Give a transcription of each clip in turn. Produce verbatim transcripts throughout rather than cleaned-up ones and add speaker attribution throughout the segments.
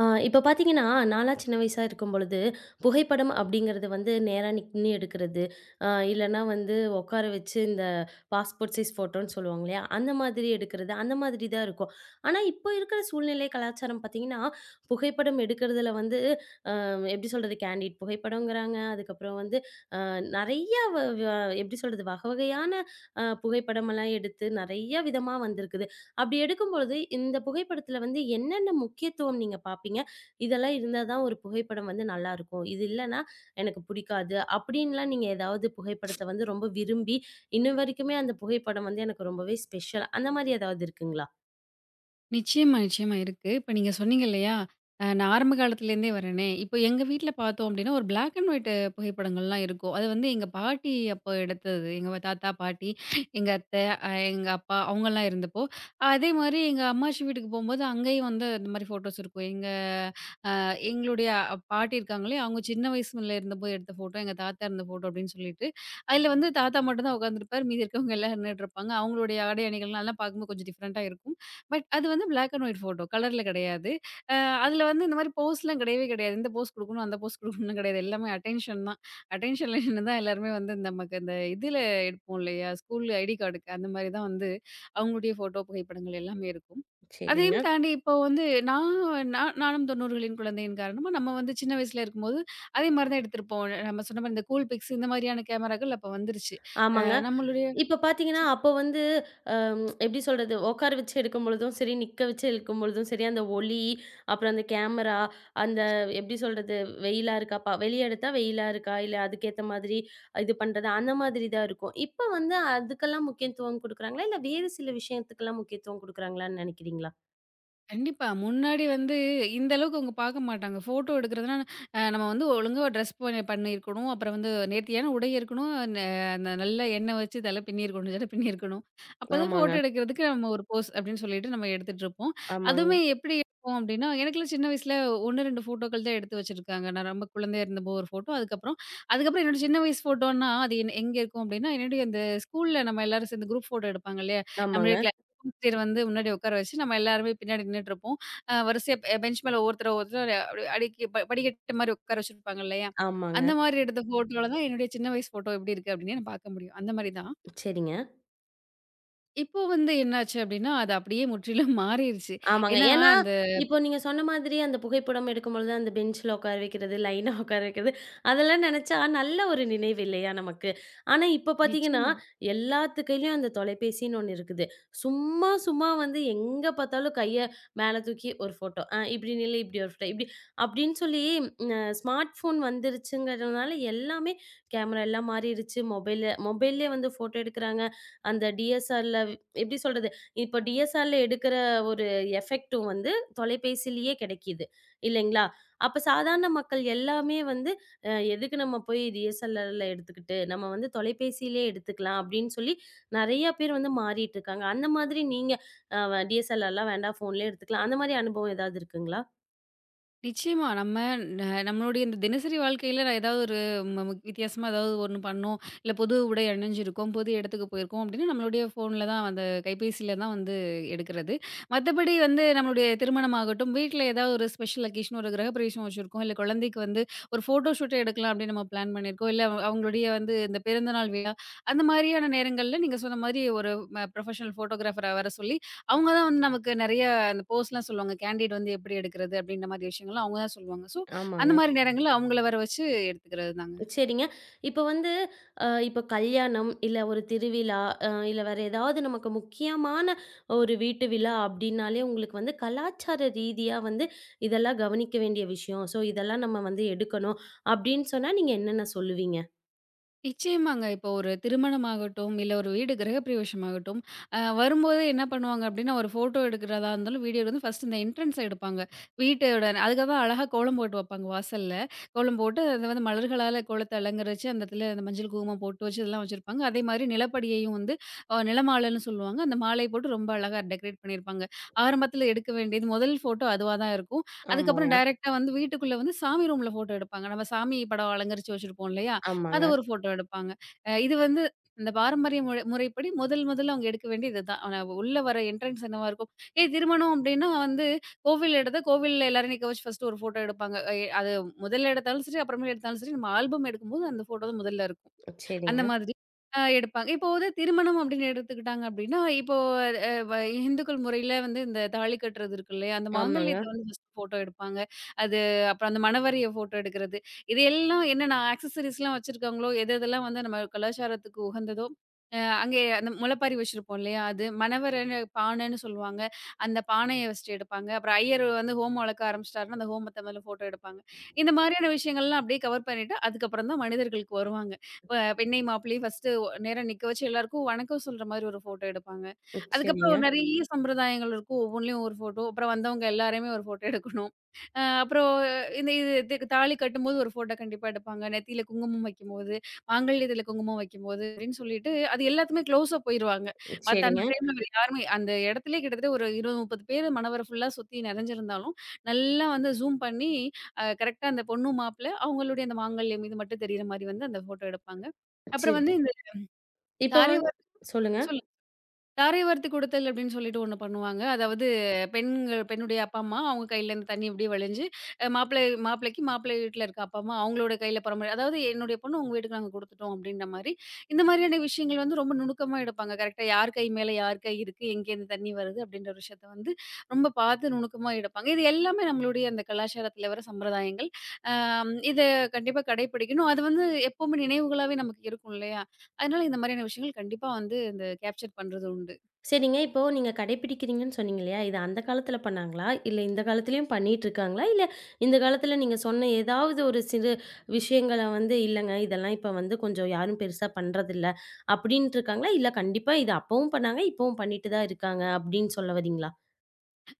Speaker 1: ஆ இப்ப பார்த்தீங்கன்னா, நான்லாம் சின்ன வயசா இருக்கும் பொழுது, புகைப்படம் அப்படிங்கிறது வந்து நேரா நின்னு எடுக்கிறது. அ இல்லன்னா வந்து உட்கார வச்சு இந்த பாஸ்போர்ட் சைஸ் ஃபோட்டோன்னு சொல்லுவாங்க இல்லையா? அந்த மாதிரி எடுக்கிறது, அந்த மாதிரி தான் இருக்கும். ஆனா, இப்போ இருக்கிற சூழ்நிலை கலாச்சாரம் பார்த்தீங்கன்னா, புகைப்படம் எடுக்கிறதுல வந்து எப்படி சொல்றது? கேண்டிட் புகைப்படம்ங்கிறாங்க. அதுக்கப்புறம் வந்து அ நெறையா வ வ எப்படி சொல்றது? வகை வகையான அ புகைப்படமெல்லாம் எடுத்து நெறைய விதமா வந்திருக்குது. அப்படி எடுக்கும்பொழுது, இந்த புகைப்படத்தில வந்து என்னென்ன முக்கியத்துவம் நீங்க பார்ப்பீங்க? இதெல்லாம் இருந்தா தான் ஒரு புகைப்படம் வந்து நல்லாருக்கும். இது இல்லன்னா எனக்கு பிடிக்காது. அப்படின்லாம் நீங்க ஏதாவது புகைப்படத்த வந்து ரொம்ப விரும்பி, இன்ன வரைக்குமே அந்த புகைப்படம் வந்து எனக்கு ரொம்பவே ஸ்பெஷல் அந்த மாரி ஏதாவது இருக்குங்களா?
Speaker 2: நிச்சயமா, நிச்சயமா இருக்கு. இப்ப நீங்க சொன்னீங்க இல்லையா? அ நான் ஆரம்ப காலத்துலேருந்தே வரேனே, இப்போ எங்க வீட்ல பார்த்தோம் அப்படின்னா, ஒரு பிளாக் அண்ட் ஒயிட் புகைப்படங்கள்லாம் இருக்கும். அது வந்து எங்க பாட்டி அப்போ எடுத்தது. எங்க தாத்தா, பாட்டி, எங்க அத்தை, அ எங்க அப்பா அவங்கலாம் இருந்தப்போ, அதே மாரி எங்க அம்மாச்சி வீட்டுக்கு போம்போது, அங்கேயும் வந்து இந்த மாரி ஃபோட்டோஸ் இருக்கும். எங்க எங்களுடைய அ- பாட்டி இருக்காங்களே, அவங்க சின்ன வயசுல இருந்தபோது எடுத்த ஃபோட்டோ, எங்க தாத்தா இருந்த ஃபோட்டோ அப்படின்னு சொல்லிட்டு, அதில வந்து தாத்தா மட்டும் தான் உட்கார்ந்திருப்பார். மீதி இருக்கவங்க எல்லாம் நின்னுட்டுருப்பாங்க. அவங்களுடைய ஆடை அணிகள்லாம் அதெல்லாம் பார்க்கும்போது கொஞ்சம் டிஃபரெண்ட்டா இருக்கும். பட் அது வந்து பிளாக் அண்ட் ஒயிட் ஃபோட்டோ. கலர்ல கிடையாது. அ அதில வந்து இந்த மாரி போஸ்லாம் கிடையவே கிடையாது. இந்த போஸ் குடுக்கணும், அந்த போஸ் குடுக்கணும்னு கிடையாது. எல்லாமே அட்டென்ஷன் தான். அட்டென்ஷன்ல நின்னு தான் எல்லாருமே வந்து நமக்கு அந்த இதில எடுப்போம் இல்லையா? ஸ்கூல் ஐடி கார்டுக்கு அந்த மாரி தான் வந்து அவங்களுடைய ஃபோட்டோ புகைப்படங்கள் எல்லாமே இருக்கும். அதையும்
Speaker 1: சரிங்க.
Speaker 2: தாண்டி இப்போ வந்து நான் நான் நானும் தொண்ணூறுகளின் குழந்தையின் காரணமா, நம்ம வந்து சின்ன வயசுல இருக்கும்போது, அதே மாரி தான் எடுத்திருப்போம். நம்ம சொன்ன மாரி இந்த கூல் பிக்ஸ் இந்த மாதிரியான கேமராக்கள் அப்ப வந்துருச்சு. அ
Speaker 1: ஆமாங்க.
Speaker 2: நம்மளுடைய.
Speaker 1: இப்ப பார்த்தீங்கன்னா, அப்போ வந்து அ எப்படி சொல்றது? உட்கார வச்சு எடுக்கும்பொழுதும் சரி, நிக்க வச்சு எடுக்கும்பொழுதும் சரி, அந்த ஒளி, அப்புறம் அந்த கேமரா, அந்த எப்படி சொல்றது? வெயிலா இருக்கா? ப வெளிய எடுத்தா வெயிலா இருக்கா? இல்ல அதுக்கேத்த மாதிரி இது பண்றது, அந்த மாதிரி தான் இருக்கும். இப்ப வந்து அதுக்கெல்லாம் முக்கியத்துவம் குடுக்குறாங்களா? இல்ல வேறு சில விஷயத்துக்கெல்லாம் முக்கியத்துவம் குடுக்குறாங்களான்னு நெனைக்கிறீங்களா?
Speaker 2: கண்டிப்பா. முன்னாடி வந்து இந்த அளவுக்கு அவங்க பார்க்க மாட்டாங்க. ஃபோட்டோ எடுக்கிறதுனா, அ நம்ம வந்து ஒழுங்கா ட்ரெஸ் பண்ணி பண்ணியிருக்கணும். அப்புறம் வந்து நேர்த்தியான உடை இருக்கணும். ந அந்த நல்ல எண்ணெய் வச்சு தலை பின்னியிருக்கணும். ஜட பின்னியிருக்கணும். அப்பதான் ஃபோட்டோ
Speaker 1: ஆமாங்க,
Speaker 2: எடுக்கிறதுக்கு நம்ம ஒரு போஸ் அப்படின்னு சொல்லிட்டு நம்ம எடுத்துட்டுருப்போம்.
Speaker 1: ஆமாங்க,
Speaker 2: அதுவுமே எப்படி இருக்கும் அப்படின்னா, எனக்கெல்லாம் சின்ன வயசுல ஒரு, ரெண்டு ஃபோட்டோக்கள் தான் எடுத்து வச்சிருக்காங்க. நான் ரொம்ப குழந்தையா இருந்தப்போ ஒரு ஃபோட்டோ. அதுக்கப்புறம் அதுக்கப்புறம் என்னோட சின்ன வயசு ஃபோட்டோன்னா, அது என் எங்க இருக்கும் அப்படின்னா, என்னுடைய அந்த ஸ்கூல்ல நம்ம எல்லாரும் சேர்ந்து குரூப் ஃபோட்டோ எடுப்பாங்க இல்லையா?
Speaker 1: ஆமாங்க.
Speaker 2: நம்மளுடைய
Speaker 1: ஆமாங்க,
Speaker 2: ஆசிரியர் வந்து முன்னாடி உட்கார வச்சு, நம்ம எல்லாருமே பின்னாடி நின்னுட்டுருப்போம். அ வரிசையா பெ பெஞ்ச் மேல ஒவ்வொருத்தர ஒருத்தர் அப்டி அடிக்கி ப படிக்கட்டு மாரி உட்கார வச்சிருப்பாங்க இல்லையா?
Speaker 1: ஆமாங்க.
Speaker 2: அந்த மாரி எடுத்த ஃபோட்டோல தான் என்னுடைய சின்ன வயசு ஃபோட்டோ எப்டி இருக்கு அப்டின்னே நான் பார்க்க முடியும். அந்த மாரி தான்.
Speaker 1: சரிங்க.
Speaker 2: இப்போ வந்து என்னாச்சு அப்டின்னா, அது அப்டியே முற்றிலும் மாறிருச்சு.
Speaker 1: ஆமாங்க.
Speaker 2: ஏன்னா
Speaker 1: ஏன்னா,
Speaker 2: அந்த
Speaker 1: இப்போ நீங்க சொன்ன மாதிரி அந்த புகைப்படம் எடுக்கும்பொழுது, அந்த பெஞ்ச்ல உட்கார வைக்கிறது, லைனா உட்கார வைக்கிறது, அதெல்லாம் நெனச்சா நல்ல ஒரு நினைவு இல்லையா நமக்கு? ஆனா, இப்ப பார்த்தீங்கன்னா,
Speaker 2: நிச்சயமா.
Speaker 1: எல்லாத்து கையிலயும் அந்த தொலைபேசின்னு ஒண்ணு இருக்குது. சும்மா சும்மா வந்து எங்க பார்த்தாலும் கைய மேல தூக்கி ஒரு ஃபோட்டோ. அ இப்படி நில்லு, இப்படி ஒரு ஃபோட்டோ, இப்படி அப்படின்னு சொல்லி அ ஸ்மார்ட் ஃபோன் வந்துருச்சுங்கிறதுனால எல்லாமே கேமரா எல்லாம் மாறிருச்சு. மொபைல்ல மொபைல்லேயே வந்து ஃபோட்டோ எடுக்குறாங்க. அந்த டிஎஸ்ஆர்ல எப்படி சொல்றது? இப்ப டிஎஸ்எல்ஆர்ல எடுக்கிற ஒரு எஃபெக்ட்டும் வந்து தொலைபேசியிலேயே கிடைக்கிது. இல்லைங்களா? அப்ப சாதாரண மக்கள் எல்லாமே வந்து, "அ எதுக்கு நம்ம போய் டிஎஸ்எல்ஆர்ல எடுத்துக்கிட்டு, நம்ம வந்து தொலைபேசியிலே எடுத்துக்கலாம்." அப்படின்னு சொல்லி நெறைய பேர் வந்து மாறிட்டு இருக்காங்க. அந்த மாதிரி நீங்க அ டிஎஸ்எல்ஆர்லாம் வேண்டாம், ஃபோன்லயே எடுத்துக்கலாம். அந்த மாரி அனுபவம் ஏதாவது இருக்குங்களா?
Speaker 2: நிச்சயமா. நம்ம ந நம்மளுடைய இந்த தினசரி வாழ்க்கையில நான் ஏதாவது ஒரு ம மு வித்தியாசமா ஏதாவது ஒண்ணு பண்ணோம். இல்ல புது உடை அணிஞ்சிருக்கோம், புது இடத்துக்கு போயிருக்கோம் அப்டின்னா, நம்மளுடைய ஃபோன்ல தான் அந்த கைபேசியில தான் வந்து எடுக்கிறது. மத்தபடி வந்து நம்மளுடைய திருமணமாகட்டும், வீட்ல ஏதாவது ஒரு ஸ்பெஷல் அக்கேஷன் ஒரு கிரகப்பிரவேசம் வச்சிருக்கோம். இல்ல குழந்தைக்கு வந்து ஒரு ஃபோட்டோ ஷூட் எடுக்கலாம் அப்டின்னு நம்ம பிளான் பண்ணியிருக்கோம். இல்ல அவ அவங்களுடைய வந்து இந்த பிறந்தநாள் விழா அந்த மாரியான நேரங்கள்ல நீங்க சொன்ன மாரி ஒரு ம ப்ரொஃபஷனல் ஃபோட்டோகிராஃபர வர சொல்லி அவங்க தான் வந்து நமக்கு நெறைய அந்த போஸ்லாம் சொல்லுவாங்க. கேண்டிட் வந்து எப்படி எடுக்கிறது? அப்படின்ற மாரி விஷயங்கள்லாம் அவங்க தான் சொல்லுவாங்க. ஸோ, அந்த
Speaker 1: ஆமாங்க.
Speaker 2: மாரி நேரங்கள்ல அவங்கள வர வச்சு எடுத்துக்கிறது தாங்க.
Speaker 1: சரிங்க. இப்ப வந்து அ இப்ப கல்யாணம், இல்ல ஒரு திருவிழா, அ இல்ல வேற ஏதாவது நமக்கு முக்கியமான ஒரு வீட்டு விழா அப்டின்னாலே உங்களுக்கு வந்து கலாச்சார ரீதியா வந்து இதெல்லாம் கவனிக்க வேண்டிய விஷயம். ஸோ இதெல்லாம் நம்ம வந்து எடுக்கணும் அப்டின்னு சொன்னா நீங்க என்னென்ன சொல்லுவீங்க?
Speaker 2: நிச்சயமாங்க. இப்போ ஒரு திருமணமாகட்டும், இல்ல ஒரு வீடு கிரகப்பிரவேசமாகட்டும், அ வரும்போதே என்ன பண்ணுவாங்க அப்டின்னா, ஒரு ஃபோட்டோ எடுக்கிறதா இருந்தாலும், வீடியோ வந்து ஃபர்ஸ்ட் இந்த என்ட்ரன்ஸ எடுப்பாங்க. வீட்டோட அதுக்காக அழகா கோலம் போட்டு வைப்பாங்க வாசல்ல. கோலம் போட்டு அத வந்து மலர்களால கோலத்த அலங்கரிச்சு, அந்த இடத்துல அந்த மஞ்சள் குங்குமம் போட்டு வச்சு இதெல்லாம் வச்சிருப்பாங்க. அதே மாரி நிலப்படியையும் வந்து அ நிலமாலைன்னு சொல்லுவாங்க. அந்த மாலைய போட்டு ரொம்ப அழகா டெக்கரேட் பண்ணியிருப்பாங்க. ஆரம்பத்தில எடுக்க வேண்டியது முதல் ஃபோட்டோ அதுவா தான் இருக்கும். அதுக்கப்புறம்
Speaker 1: ஆமாங்க,
Speaker 2: டைரக்ட்டா வந்து வீட்டுக்குள்ள வந்து சாமி ரூம்ல ஃபோட்டோ எடுப்பாங்க. நம்ம சாமி படம் அலங்கரிச்சு வச்சிருப்போம் இல்லையா? அது
Speaker 1: ஆமாங்க.
Speaker 2: ஒரு ஃபோட்டோ எடுப்பாங்க. அ இது வந்து இந்த பாரம்பரிய முறை முறைப்படி முதல் முதல்ல அவங்க எடுக்க வேண்டிய இதுதான். ஆனா உள்ள வர என்ட்ரன்ஸ் என்னவா இருக்கும்? ஏய் திருமணம் அப்டின்னா வந்து கோவில் எடுத்தா கோவில்ல எல்லாரும் நிக்க வச்சு ஃபர்ஸ்ட்டு ஒரு ஃபோட்டோ எடுப்பாங்க. எ அது முதல்ல எடுத்தாலும் சரி, அப்புறமேல் எடுத்தாலும் சரி, நம்ம ஆல்பம் எடுக்கும்போது அந்த ஃபோட்டோ தான் முதல்ல இருக்கும்.
Speaker 1: சரிங்க.
Speaker 2: அந்த மாதிரி அ எடுப்பாங்க. இப்போ வந்து திருமணம் அப்படின்னு எடுத்துக்கிட்டாங்க அப்படின்னா, இப்போ அ வ இந்துக்கள் முறையில வந்து இந்த தாலி கட்டுறது இருக்கு இல்லையா? அந்த
Speaker 1: ஆமாங்க.
Speaker 2: மாங்கல்யத்த வந்து ஃபர்ஸ்ட் ஃபோட்டோ எடுப்பாங்க. அது அப்புறம் அந்த மணவறைய ஃபோட்டோ எடுக்கிறது. இது எல்லாம் என்னென்ன ஆக்சஸரீஸ்லாம் வச்சிருக்காங்களோ, எது எதெல்லாம் வந்து நம்ம கலாச்சாரத்துக்கு உகந்ததோ, அ அங்கே அந்த முளைப்பாரி வச்சிருப்போம் இல்லையா? அது மணவறைன்னு பானைன்னு சொல்லுவாங்க. அந்த பானைய வச்சுட்டு எடுப்பாங்க. அப்புறம் ஐயர் வந்து ஹோமம் வளர்க்க ஆரம்பிச்சிட்டாருன்னா, அந்த ஹோமத்த முதல்ல ஃபோட்டோ எடுப்பாங்க. இந்த மாதிரியான விஷயங்கள்லாம் அப்படியே கவர் பண்ணிட்டு, அதுக்கப்புறம் தான் மனிதர்களுக்கு வருவாங்க. ப பெண்ணை மாப்பிள்ளையும் ஃபர்ஸ்ட்டு ஒ நேரா நிக்க வச்சு எல்லாருக்கும் வணக்கம் சொல்ற மாரி ஒரு ஃபோட்டோ எடுப்பாங்க. அதுக்கப்புறம்
Speaker 1: சரிங்க,
Speaker 2: ஒரு நெறைய சம்பிரதாயங்கள் இருக்கும். ஒவ்வொன்லயும் ஒரு ஃபோட்டோ. அப்புறம் வந்தவங்க எல்லாரையுமே ஒரு ஃபோட்டோ எடுக்கணும். அ அப்புறம் இந்த இது இதுக்கு தாலி கட்டும்போது ஒரு ஃபோட்டோ கண்டிப்பா எடுப்பாங்க. நெத்தியில குங்குமம் வைக்கும்போது, மாங்கல்யத்துல குங்குமம் வைக்கும்போது அப்படின்னு சொல்லிட்டு அது எல்லாத்துமே க்ளோஸா போயிருவாங்க. மத்த அந்த
Speaker 1: சரிங்க.
Speaker 2: ஃப்ரேம்ல வேற யாருமே அந்த இடத்திலேயே கிட்டத்தட்ட ஒரு இருபது, முப்பது பேர் மணவர ஃபுல்லா சுத்தி நெறஞ்சிருந்தாலும், நல்லா வந்து ஜூம் பண்ணி அ கரெக்ட்டா அந்த பொண்ணும், மாப்பிள அவங்களுடைய அந்த மாங்கல்யம் இது மட்டும் தெரியிற மாரி வந்து அந்த ஃபோட்டோ எடுப்பாங்க.
Speaker 1: சரி.
Speaker 2: அப்புறம் வந்து இந்த
Speaker 1: இப்ப
Speaker 2: தாரை
Speaker 1: வந்து
Speaker 2: வார்த்து
Speaker 1: சொல்லுங்க.
Speaker 2: தாரை வார்த்து கொடுத்தல் அப்படின்னு சொல்லிட்டு ஒண்ணு பண்ணுவாங்க. அதாவது பெண்கள் பெண்ணுடைய அப்பா, அம்மா அவங்க கையிலேருந்து தண்ணி இப்படி வழிஞ்சு, அ மாப்பிள்ளை மாப்பிள்ளைக்கு மாப்பிள்ளை வீட்ல இருக்க அப்பா, அம்மா அவங்களோட கையில பரம்பரை அதாவது என்னுடைய பொண்ணு உங்க வீட்டுக்கு நாங்க குடுத்துட்டோம் அப்படின்ற மாரி, இந்த மாதிரியான விஷயங்கள் வந்து ரொம்ப நுணுக்கமா எடுப்பாங்க. கரெக்ட்டா யார் கை மேல யார் கை இருக்கு, எங்கேருந்து தண்ணி வருது அப்படின்ற ஒரு விஷயத்த வந்து ரொம்ப பார்த்து நுணுக்கமா எடுப்பாங்க. இது எல்லாமே நம்மளுடைய அந்த கலாச்சாரத்துல வர சம்பிரதாயங்கள். அம் இத கண்டிப்பா கடைப்பிடிக்கணும். அது வந்து எப்பவுமே நினைவுகளாவே நமக்கு இருக்கும் இல்லையா? அதனால இந்த மாதிரியான விஷயங்கள் கண்டிப்பா வந்து இந்த கேப்சர் பண்றது உண்டு.
Speaker 1: சரிங்க. இப்போ நீங்க கடைப்பிடிக்கிறீங்கன்னு சொன்னீங்க இல்லையா? இது அந்த காலத்துல பண்ணாங்களா? இல்ல இந்த காலத்துலயும் பண்ணிட்டு இருக்காங்களா? இல்ல இந்த காலத்துல நீங்க சொன்ன ஏதாவது ஒரு சிறு விஷயங்கள வந்து, "இல்லங்க இதெல்லாம் இப்ப வந்து கொஞ்சம் யாரும் பெருசா பண்றதில்ல." அப்படின்ட்டு இருக்காங்களா? இல்ல கண்டிப்பா இது அப்பவும் பண்ணாங்க, இப்பவும் பண்ணிட்டு தான் இருக்காங்க அப்படின்னு சொல்ல வரீங்களா?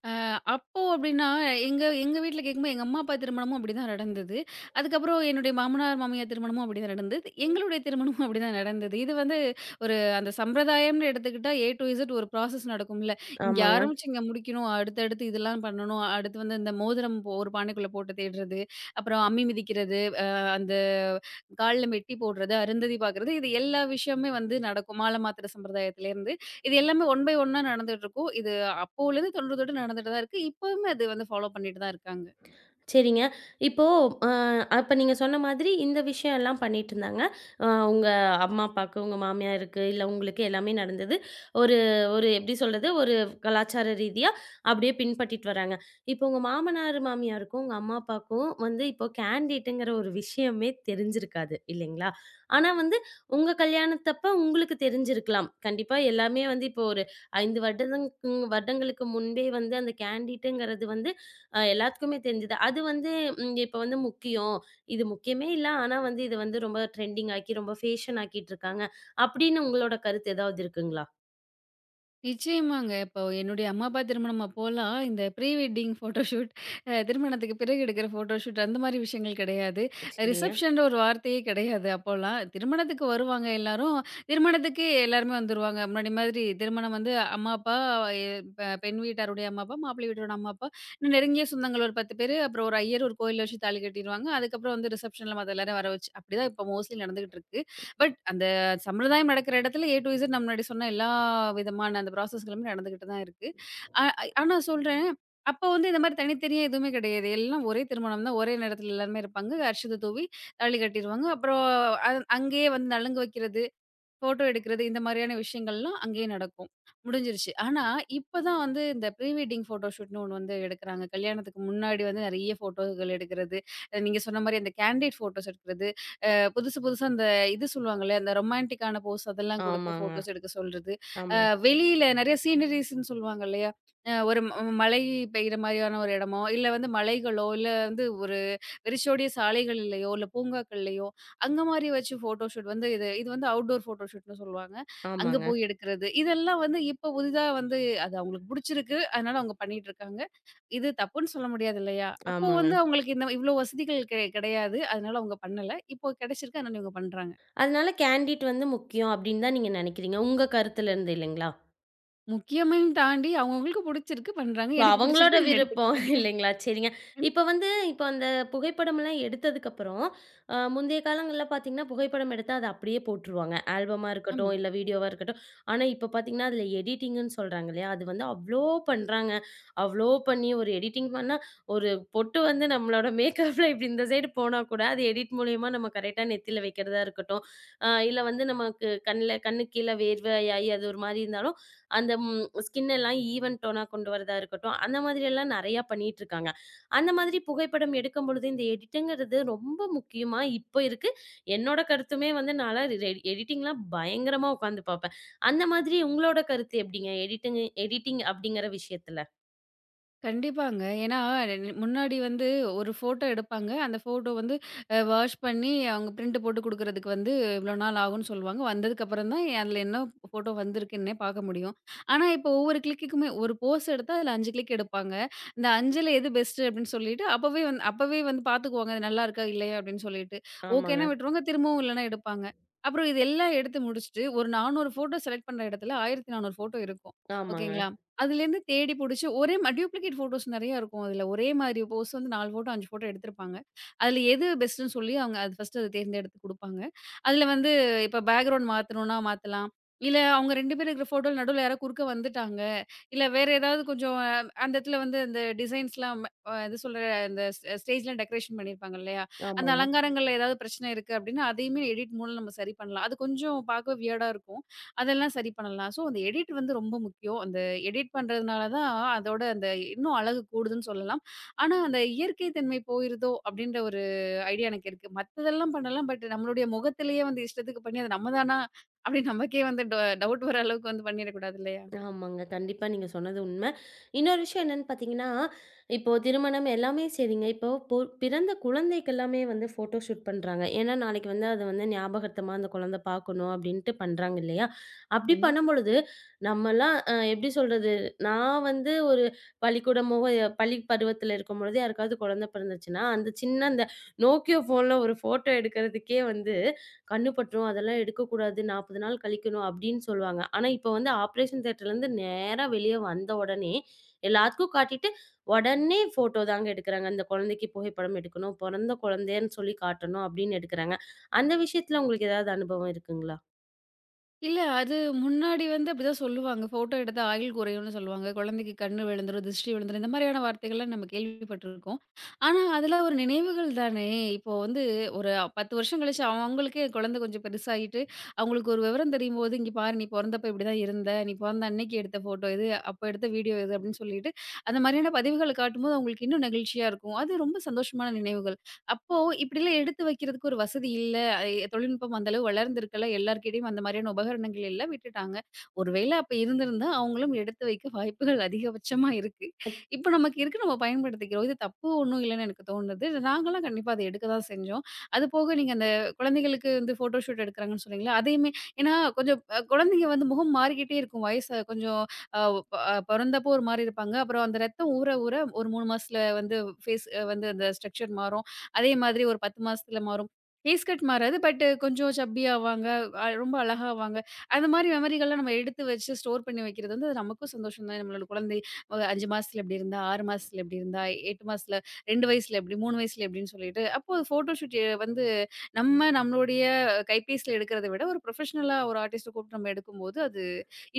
Speaker 2: அ அப்போ அப்டின்னா, எங்க எங்க வீட்ல கேட்கும்போது, எங்க அம்மா, அப்பா திருமணமும் அப்படிதான் நடந்தது. அதுக்கப்புறம் என்னுடைய மாமனார், மாமியார் திருமணமும் அப்படிதான் நடந்தது. எங்களுடைய திருமணமும் அப்படிதான் நடந்தது. இது வந்து ஒரு அந்த சம்பிரதாயம்னு எடுத்துக்கிட்டா, ஏ டூ இசட் ஒரு ப்ராசஸ் நடக்கும்ல. இங்க
Speaker 1: ஆமாங்க.
Speaker 2: ஆரம்பிச்சு இங்க முடிக்கணும். அடுத்தடுத்து இதெல்லாம் பண்ணணும். அடுத்து வந்து இந்த மோதிரம் போ ஒரு பானைக்குள்ள போட்டு தேடுறது, அப்புறம் அம்மி மிதிக்கிறது, கால்ல மெட்டி போடுறது, அருந்ததி பார்க்குறது இது எல்லா விஷயமுமே வந்து நடக்கும். மாலை மாத்துற சம்பிரதாயத்திலேருந்து, இது எல்லாமே ஒன் பை ஒன்னா நடந்துட்டுருக்கும். இது அப்போலருந்து தொன்று தொட்டு நடந்துட்டு தான் இருக்கு. இப்பவுமே அது வந்து ஃபாலோ பண்ணிட்டு தான் இருக்காங்க.
Speaker 1: சரிங்க. இப்போ அ அப்ப நீங்க சொன்ன மாதிரி இந்த விஷயம் எல்லாம் பண்ணிட்டுருந்தாங்க. அ உங்க அம்மா, அப்பாவுக்கு, உங்க மாமியாருக்கு, இல்ல உங்களுக்கு எல்லாமே நடந்தது. ஒரு ஒரு எப்படி சொல்றது? ஒரு கலாச்சார ரீதியா அப்படியே பின்பற்றிட்டு வராங்க. இப்போ உங்க மாமனார், மாமியாருக்கும், உங்க அம்மா, அப்பாவுக்கும் வந்து இப்போ கேண்டிடுங்கிற ஒரு விஷயமே தெரிஞ்சிருக்காது இல்லைங்களா? ஆனா வந்து உங்க கல்யாணத்தப்ப உங்களுக்கு தெரிஞ்சிருக்கலாம். கண்டிப்பா எல்லாமே வந்து இப்போ ஒரு ஐந்து வருடங் வருடங்களுக்கு முன்பே வந்து அந்த கேண்டிடுங்கிறது வந்து அ எல்லாத்துக்குமே தெரிஞ்சது. அது வந்து ம் இப்ப வந்து முக்கியம். இது முக்கியமே இல்ல. ஆனா வந்து இத வந்து ரொம்ப ட்ரெண்டிங் ஆக்கி, ரொம்ப ஃபேஷன் ஆக்கிட்டு இருக்காங்க. அப்படின்னு உங்களோட கருத்து ஏதாவது இருக்குங்களா?
Speaker 2: நிச்சயமாங்க. இப்போ என்னுடைய அம்மா, அப்பா திருமணம் அப்போலாம் இந்த ப்ரீ வெட்டிங் ஃபோட்டோஷூட் அ திருமணத்துக்கு பிறகு எடுக்கிற ஃபோட்டோஷூட் அந்த மாரி விஷயங்கள் கிடையாது.
Speaker 1: சரிங்க.
Speaker 2: ரிசப்ஷன்ற ஒரு வார்த்தையே கிடையாது அப்போலாம். திருமணத்துக்கு வருவாங்க எல்லாரும். திருமணத்துக்கே எல்லாருமே வந்துருவாங்க. முன்னாடி மாதிரி திருமணம் வந்து அம்மா, அப்பா, எ பெ பெண் வீட்டாருடைய அம்மா, அப்பா, மாப்பிள்ளை வீட்டாரோட அம்மா, அப்பா, இன்னும் நெருங்கிய சொந்தங்கள் ஒரு பத்து பேரு, அப்புறம் ஒரு ஐயர் ஒரு கோயில்ல வச்சு தாலி கட்டிருவாங்க. அதுக்கப்புறம் வந்து ரிசப்ஷன்ல மத்த எல்லாரையும் வர வச்சு அப்படிதான் இப்போ மோஸ்ட்லி நடந்துகிட்டு இருக்கு. பட் அந்த சம்பிரதாயம் நடக்கிற இடத்துல ஏ டூ இசட் நான் முன்னாடி சொன்ன எல்லா விதமான அந்த ப்ராசஸ்களுமே நடந்துகிட்டு தான் இருக்கு. அ ஆனா சொல்றேன், அப்ப வந்து இந்த மாரி தனித்தனியா எதுவுமே கிடையாது. எல்லாம் ஒரே திருமணம் தான். ஒரே நேரத்துல எல்லாருமே இருப்பாங்க. அரிசித தூவி தாலி கட்டிருவாங்க. அப்புறம் அ அங்கேயே வந்து நலுங்கு வைக்கிறது. ஃபோட்டோ எடுக்கிறது இந்த மாதிரியான விஷயங்கள்லாம் அங்கேயே நடக்கும். முடிஞ்சிருச்சு. ஆனா, இப்ப தான் வந்து இந்த ப்ரீ வெட்டிங் ஃபோட்டோ ஷூட்ன்னு ஒண்ணு வந்து எடுக்குறாங்க. கல்யாணத்துக்கு முன்னாடி வந்து நெறைய ஃபோட்டோகள் எடுக்கிறது. அ நீங்க சொன்ன மாரி அந்த கேண்டிட் ஃபோட்டோஸ் எடுக்கிறது. அ புதுசு புதுசா அந்த இது சொல்லுவாங்கல்ல, அந்த ரொமான்டிக்கான போஸ் அதெல்லாம் குடுத்து
Speaker 1: ஆமாங்க.
Speaker 2: ஃபோட்டோஸ் எடுக்க சொல்றது. அ
Speaker 1: ஆமா.
Speaker 2: வெளியில நெறைய சீனரீஸ்ன்னு சொல்லுவாங்க இல்லையா? அ ஒரு ம ம- மழை பெய்ற மாரியான ஒரு இடமோ, இல்ல வந்து மலைகளோ, இல்ல வந்து ஒரு விரிசோடிய சாலைகள்லயோ, இல்ல பூங்காக்கள்லயோ, அங்க மாரி வச்சு ஃபோட்டோ ஷூட் வந்து இது இது வந்து அவுட்டோர் ஃபோட்டோ ஷூட்ன்னு சொல்லுவாங்க. அங்க
Speaker 1: ஆமாங்க.
Speaker 2: போய் எடுக்கிறது. இதெல்லாம் வந்து இப்ப புதிதா வந்து அது அவங்களுக்கு புடிச்சிருக்கு. அதனால அவங்க பண்ணிட்டுருக்காங்க. இது தப்புன்னு சொல்ல முடியாது இல்லையா? அப்போ
Speaker 1: ஆமாங்க.
Speaker 2: வந்து அவங்களுக்கு இந்த இவ்ளோ வசதிகள் கெ கெடையாது. அதனால அவங்க பண்ணல. இப்போ கிடைச்சிருக்கு. அதனால இவங்க பண்றாங்க.
Speaker 1: அதனால கேண்டிட் வந்து முக்கியம் அப்படின்னு தான் நீங்க நினைக்கிறீங்க. உங்க கருத்துல இருந்து இல்லைங்களா?
Speaker 2: முக்கியமையும் தாண்டி அவங்கவங்களுக்கு புடிச்சிருக்கு பண்றாங்க.
Speaker 1: இப்ப
Speaker 2: எனக்கு
Speaker 1: அவங்களோட
Speaker 2: புடிச்சிருக்கு நான்
Speaker 1: விருப்பம்
Speaker 2: எடுத்துக்கிட்டேன்.
Speaker 1: இல்லைங்களா? சரிங்க. இப்ப வந்து இப்ப அந்த புகைப்படம்லாம் எடுத்ததுக்கப்புறம், அ முந்தைய காலங்கள்ல பார்த்தீங்கன்னா, புகைப்படம் எடுத்தா அத அப்படியே போட்டுருவாங்க. ஆல்பமா இருக்கட்டும்,
Speaker 2: ஆமா.
Speaker 1: இல்ல வீடியோவா இருக்கட்டும். ஆனா இப்ப பார்த்தீங்கன்னா, அதுல எடிட்டிங்ன்னு சொல்றாங்க இல்லையா? அது வந்து அவ்ளோ பண்றாங்க. அவ்ளோ பண்ணி ஒரு எடிட்டிங் பண்ணா, ஒரு பொட்டு வந்து நம்மளோட மேக்கப்ல இப்படி இந்த சைடு போனா கூட, அது எடிட் மூலியமா நம்ம கரெக்ட்டா நெத்தியில வைக்கிறதா இருக்கட்டும், அ இல்ல வந்து நமக்கு கண்ல கண்ணுக்கு கீழ வேர்வையாயி அது ஒரு மாரி இருந்தாலும், அந்த ம் ஸ்கின் எல்லாம் ஈவன் டோனா கொண்டு வரதா இருக்கட்டும், அந்த மாதிரி எல்லாம் நெறையா பண்ணிட்டுருக்காங்க. அந்த மாதிரி புகைப்படம் எடுக்கும் பொழுது இந்த எடிட்டுங்கிறது ரொம்ப முக்கியமா இப்ப இருக்கு. என்னோட கருத்துமே வந்து நான்லாம் ரெ எடிட்டிங்லாம் பயங்கரமா உட்காந்து பார்ப்பேன். அந்த மாதிரி உங்களோட கருத்து எப்படிங்க? எடிட்டிங் எடிட்டிங் அப்படிங்கிற விஷயத்துல?
Speaker 2: கண்டிப்பாங்க. ஏன்னா, முன்னாடி வந்து ஒரு ஃபோட்டோ எடுப்பாங்க. அந்த ஃபோட்டோ வந்து அ வாஷ் பண்ணி அவங்க பிரிண்ட் போட்டு குடுக்குறதுக்கு வந்து இவ்வளோ நாள் ஆகும்ன்னு சொல்லுவாங்க. வந்ததுக்கப்புறம் தான் அதில என்ன ஃபோட்டோ வந்திருக்குன்னே பார்க்க முடியும். ஆனா, இப்போ ஒவ்வொரு கிளிக்குக்குமே ஒரு போஸ் எடுத்தா அதில ஐந்து கிளிக் எடுப்பாங்க. இந்த ஐந்தில் எது பெஸ்ட் அப்படின்னு சொல்லிட்டு அப்பவே வந்து அப்பவே வந்து பார்த்துக்குவாங்க. அது நல்லா இருக்கா, இல்லையா அப்படின்னு சொல்லிட்டு.
Speaker 1: ஆமாங்க,
Speaker 2: ஓகேன்னா விட்டுருவாங்க. திரும்பவும் இல்லன்னா எடுப்பாங்க. அப்புறம் இது எல்லாம் எடுத்து முடிச்சுட்டு, ஒரு நானூறு ஃபோட்டோ செலக்ட் பண்ற இடத்துல ஆயிரத்தி நானூறு ஃபோட்டோ இருக்கும்.
Speaker 1: ஆமாங்க,
Speaker 2: ஓகேங்களா? அதுலேருந்து தேடி புடிச்சு ஒரே மா டூப்ளிகேட் ஃபோட்டோஸ் நெறைய இருக்கும் அதுல. ஒரே மாதிரி போஸ் வந்து நாலு ஃபோட்டோ, ஐந்து ஃபோட்டோ எடுத்திருப்பாங்க. அதுல எது பெஸ்ட்டுன்னு சொல்லி அவங்க அது ஃபர்ஸ்ட்டு அத தேர்ந்தெடுத்து குடுப்பாங்க. அதுல வந்து இப்ப பேக்கிரவுண்ட் மாத்தணும்னா மாத்தலாம். இல்ல அவங்க ரெண்டு பேர் இருக்கிற ஃபோட்டோல நடுவுல யாரோ குறுக்க வந்துட்டாங்க. இல்ல வேற ஏதாவது கொஞ்சம் அஹ், அந்த இடத்துல வந்து இந்த டிசைன்ஸ்லாம் அ இது சொல்ற இந்த ஸ் ஸ்டேஜ்லாம் டெக்கரேஷன் பண்ணியிருப்பாங்க இல்லையா? அந்த
Speaker 1: ஆமாங்க.
Speaker 2: அலங்காரங்கள்ல ஏதாவது பிரச்சனை இருக்கு அப்டின்னா, அதையுமே எடிட் மூலம் நம்ம சரி பண்ணலாம். அது கொஞ்சம் பார்க்க வியர்டா இருக்கும். அதெல்லாம் சரி பண்ணலாம். ஸோ, அந்த எடிட் வந்து ரொம்ப முக்கியம். அந்த எடிட் பண்றதுனால தான் அதோட அந்த இன்னும் அழகு கூடுதுன்னு சொல்லலாம். ஆனா, அந்த இயற்கை தன்மை போயிருதோ! அப்பிடின்ற ஒரு ஐடியா எனக்கு இருக்கு. மத்ததெல்லாம் பண்ணலாம். பட் நம்மளுடைய முகத்திலேயே வந்து இஷ்டத்துக்கு பண்ணி, அது நம்ம தானா? அப்பிடின்னு நமக்கே வந்து டொ டவுட் வர அளவுக்கு வந்து பண்ணிறக்கூடாது இல்லயா!
Speaker 1: ஆமாங்க. கண்டிப்பா நீங்க சொன்னது உண்ம. இன்னொரு விஷயம் என்னன்னு பார்த்தீங்கன்னா, இப்போ திருமணம் எல்லாமே சரிங்க. இப்போ பொ பிறந்த குழந்தைக்கு எல்லாமே வந்து ஃபோட்டோ ஷூட் பண்றாங்க. ஏன்னா, நாளைக்கு வந்து அது வந்து ஞாபகார்த்தமா அந்த குழந்தை பார்க்கணும் அப்டின்ட்டு பண்றாங்க இல்லையா? அப்டி
Speaker 2: கண்டிப்பா.
Speaker 1: பண்ணும்பொழுது, நம்மலாம் அ எப்டி சொல்றது? நான் வந்து ஒரு பள்ளிக்கூடமோ, அஹ், பள்ளி பருவத்தில இருக்கும்பொழுது யாருக்காவது குழந்தை பிறந்துச்சுன்னா, அந்த சின்ன அந்த Nokia ஃபோன்ல ஒரு ஃபோட்டோ எடுக்கிறதுக்கே வந்து கண்ணு பற்றும், அதெல்லாம் எடுக்கக்கூடாது. நாற்பது நாள் கழிக்கணும் அப்படின்னு சொல்லுவாங்க. ஆனா, இப்ப வந்து ஆப்ரேஷன் தியேட்டர்லருந்து நேரா வெளிய வந்த உடனே, எல்லாத்துக்கும் காட்டிட்டு, உடனே ஃபோட்டோ தாங்க எடுக்குறாங்க. அந்த குழந்தைக்கு புகைப்படம் எடுக்கணும், பொறந்த குழந்தைன்னு சொல்லி காட்டணும் அப்படின்னு எடுக்குறாங்க. அந்த விஷயத்துல உங்களுக்கு ஏதாவது அனுபவம் இருக்குங்களா?
Speaker 2: இல்ல. அது முன்னாடி வந்து அப்படிதான் சொல்லுவாங்க. ஃபோட்டோ எடுத்தா ஆயுள் குறையும்னு சொல்லுவாங்க. குழந்தைக்கு கண்ணு விழுந்துரும், திருஷ்டி விழுந்துரும். இந்த மாதிரியான வார்த்தைகள்லாம் நம்ம கேள்விப்பட்டுருக்கோம். ஆனா, அதெல்லாம் ஒரு நினைவுகள் தானே! இப்போ வந்து ஒரு பத்து வருஷம் கழிச்சு அவங்களுக்கே குழந்தை கொஞ்சம் பெருசாயிட்டு, அவங்களுக்கு ஒரு விவரம் தெரியும்போது, "இங்க பாரு நீ பொறந்தப்ப இப்படிதான் இருந்த. நீ பொறந்த அன்னைக்கு எடுத்த ஃபோட்டோ இது. அப்ப எடுத்த வீடியோ இது." அப்படின்னு சொல்லிட்டு, அந்த மாதிரியான பதிவுகள காட்டும்போது அவங்களுக்கு இன்னும் நெகிழ்ச்சியா இருக்கும். அது ரொம்ப சந்தோஷமான நினைவுகள். அப்போ இப்படிலாம் எடுத்து வைக்கிறதுக்கு ஒரு வசதி இல்ல. அ தொழில்நுட்பம் அந்த அளவு வளர்ந்திருக்கல. எல்லார்கிட்டயும் அந்த மாதிரியான உபகரணங்கள் எல்லாம் விட்டுட்டாங்க. ஒருவேளை அப்ப இருந்திருந்தா, அவங்களும் எடுத்து வைக்க வாய்ப்புகள் அதிகபட்சமா இருக்கு. இப்ப நமக்கு இருக்கு. நம்ம பயன்படுத்திக்கிறோம். இது தப்பு ஒண்ணும் இல்லன்னு எனக்கு தோணுது. நாங்கலாம் கண்டிப்பா அத எடுக்க தான் செஞ்சோம். அதுபோக நீங்க அந்த குழந்தைகளுக்கு வந்து ஃபோட்டோ ஷூட் எடுக்குறாங்கன்னு சொன்னீங்கல்ல, அதையுமே ஏன்னா கொஞ்சம் அ குழந்தைங்க வந்து முகம் மாறிக்கிட்டே இருக்கும். வயசு கொஞ்சம் அ ப பொறந்தப்போ ஒரு மாரி இருப்பாங்க. அப்புறம் அந்த ரத்தம் ஊற ஊற ஒரு மூணு மாசத்துல வந்து ஃபேஸ் வந்து அந்த ஸ்ட்ரக்சர் மாறும். அதே மாதிரி ஒரு பத்து மாசத்துல மாறும். ஃபேஸ் கட் மாறாது. பட் கொஞ்சம் சப்பி ஆவாங்க. அ ரொம்ப அழகா ஆவாங்க. அந்த மாரி மெமரிகள்லாம் நம்ம எடுத்து வச்சு ஸ்டோர் பண்ணி வைக்கிறது வந்து அது நமக்கும் சந்தோஷம் தான். நம்மளோட குழந்தை அ ஐந்து மாசத்துல எப்டி இருந்தா, ஆறு மாசத்துல எப்டி இருந்தா, எட்டு மாசத்துல ரெண்டு வயசுல எப்டி, மூணு வயசுல எப்டின்னு சொல்லிட்டு, அப்போ ஃபோட்டோ ஷூட் வந்து நம்ம நம்மளுடைய கைபேசியில எடுக்கிறத விட ஒரு ப்ரொஃபஷனலா ஒரு ஆர்டிஸ்ட்ட கூப்ட்டு நம்ம எடுக்கும்போது, அது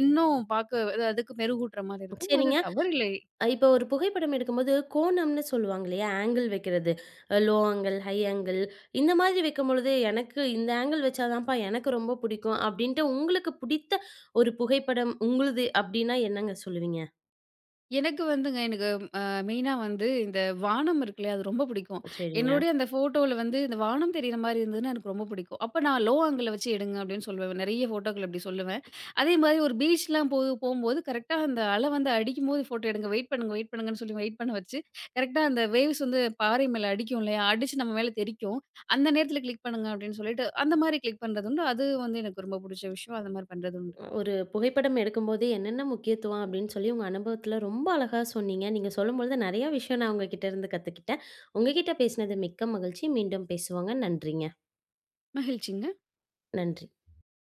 Speaker 2: இன்னும் பாக்க அது அதுக்கு மெருகூட்டுற மாரி இருக்கும். அது
Speaker 1: சரிங்க.
Speaker 2: தவறில்லை.
Speaker 1: அ இப்போ ஒரு புகைப்படம் எடுக்கும்போது கோணம்ன்னு சொல்லுவாங்க இல்லையா? ஆங்கிள் வைக்கிறது. லோ ஆங்கிள், ஹை ஆங்கிள் இந்த மாதிரி வைக்கும்பொழுது, "எனக்கு இந்த ஆங்கிள் வச்சா தான்ப்பா எனக்கு ரொம்ப பிடிக்கும்." அப்படின்ட்டு உங்களுக்கு பிடித்த ஒரு புகைப்படம் உங்களுது அப்படின்னா என்னங்க சொல்லுவீங்க?
Speaker 2: எனக்கு வந்துங்க எனக்கு மெயினா வந்து இந்த வானம் இருக்கு இல்லையா? அது ரொம்ப பிடிக்கும்.
Speaker 1: சரிங்க.
Speaker 2: என்னுடைய அந்த ஃபோட்டோல வந்து இந்த வானம் தெரியிற மாரி இருந்ததுன்னா எனக்கு ரொம்ப பிடிக்கும். அப்ப நான் லோ ஆங்கிள்ல வச்சு எடுங்க அப்டின்னு சொல்லுவேன். நெறைய ஃபோட்டோக்கள் அப்படி சொல்லுவேன். அதே மாரி ஒரு பீச்லாம் போ போம்போது கரெக்ட்டா அந்த அலை வந்து அடிக்கும்போது ஃபோட்டோ எடுங்க. வெயிட் பண்ணுங்க, வெயிட் பண்ணுங்கன்னு சொல்லி வெயிட் பண்ண வச்சு, கரெக்ட்டா அந்த வேவ்ஸ் வந்து பாறை மேல அடிக்கும் இல்லையா? அடிச்சு நம்ம மேல தெறிக்கும். அந்த நேரத்துல கிளிக் பண்ணுங்க அப்படின்னு சொல்லிட்டு, அந்த மாரி கிளிக் பண்றது உண்டு. அது வந்து எனக்கு ரொம்ப புடிச்ச விஷயம். அந்த மாரி பண்றது உண்டு.
Speaker 1: ஒரு புகைப்படம் எடுக்கும்போது என்னென்ன முக்கியத்துவம் அப்படின்னு சொல்லி உங்க அனுபவத்தில ரொம்ப அழகா சொன்னீங்க. நீங்க சொல்லும்பொழுது நிறையா விஷயம் நான் உங்ககிட்ட இருந்து கத்துக்கிட்டேன். உங்ககிட்ட பேசினது மிக்க மகிழ்ச்சி. மீண்டும் பேசுவோங்க. நன்றிங்க.
Speaker 2: மகிழ்ச்சிங்க.
Speaker 1: நன்றி.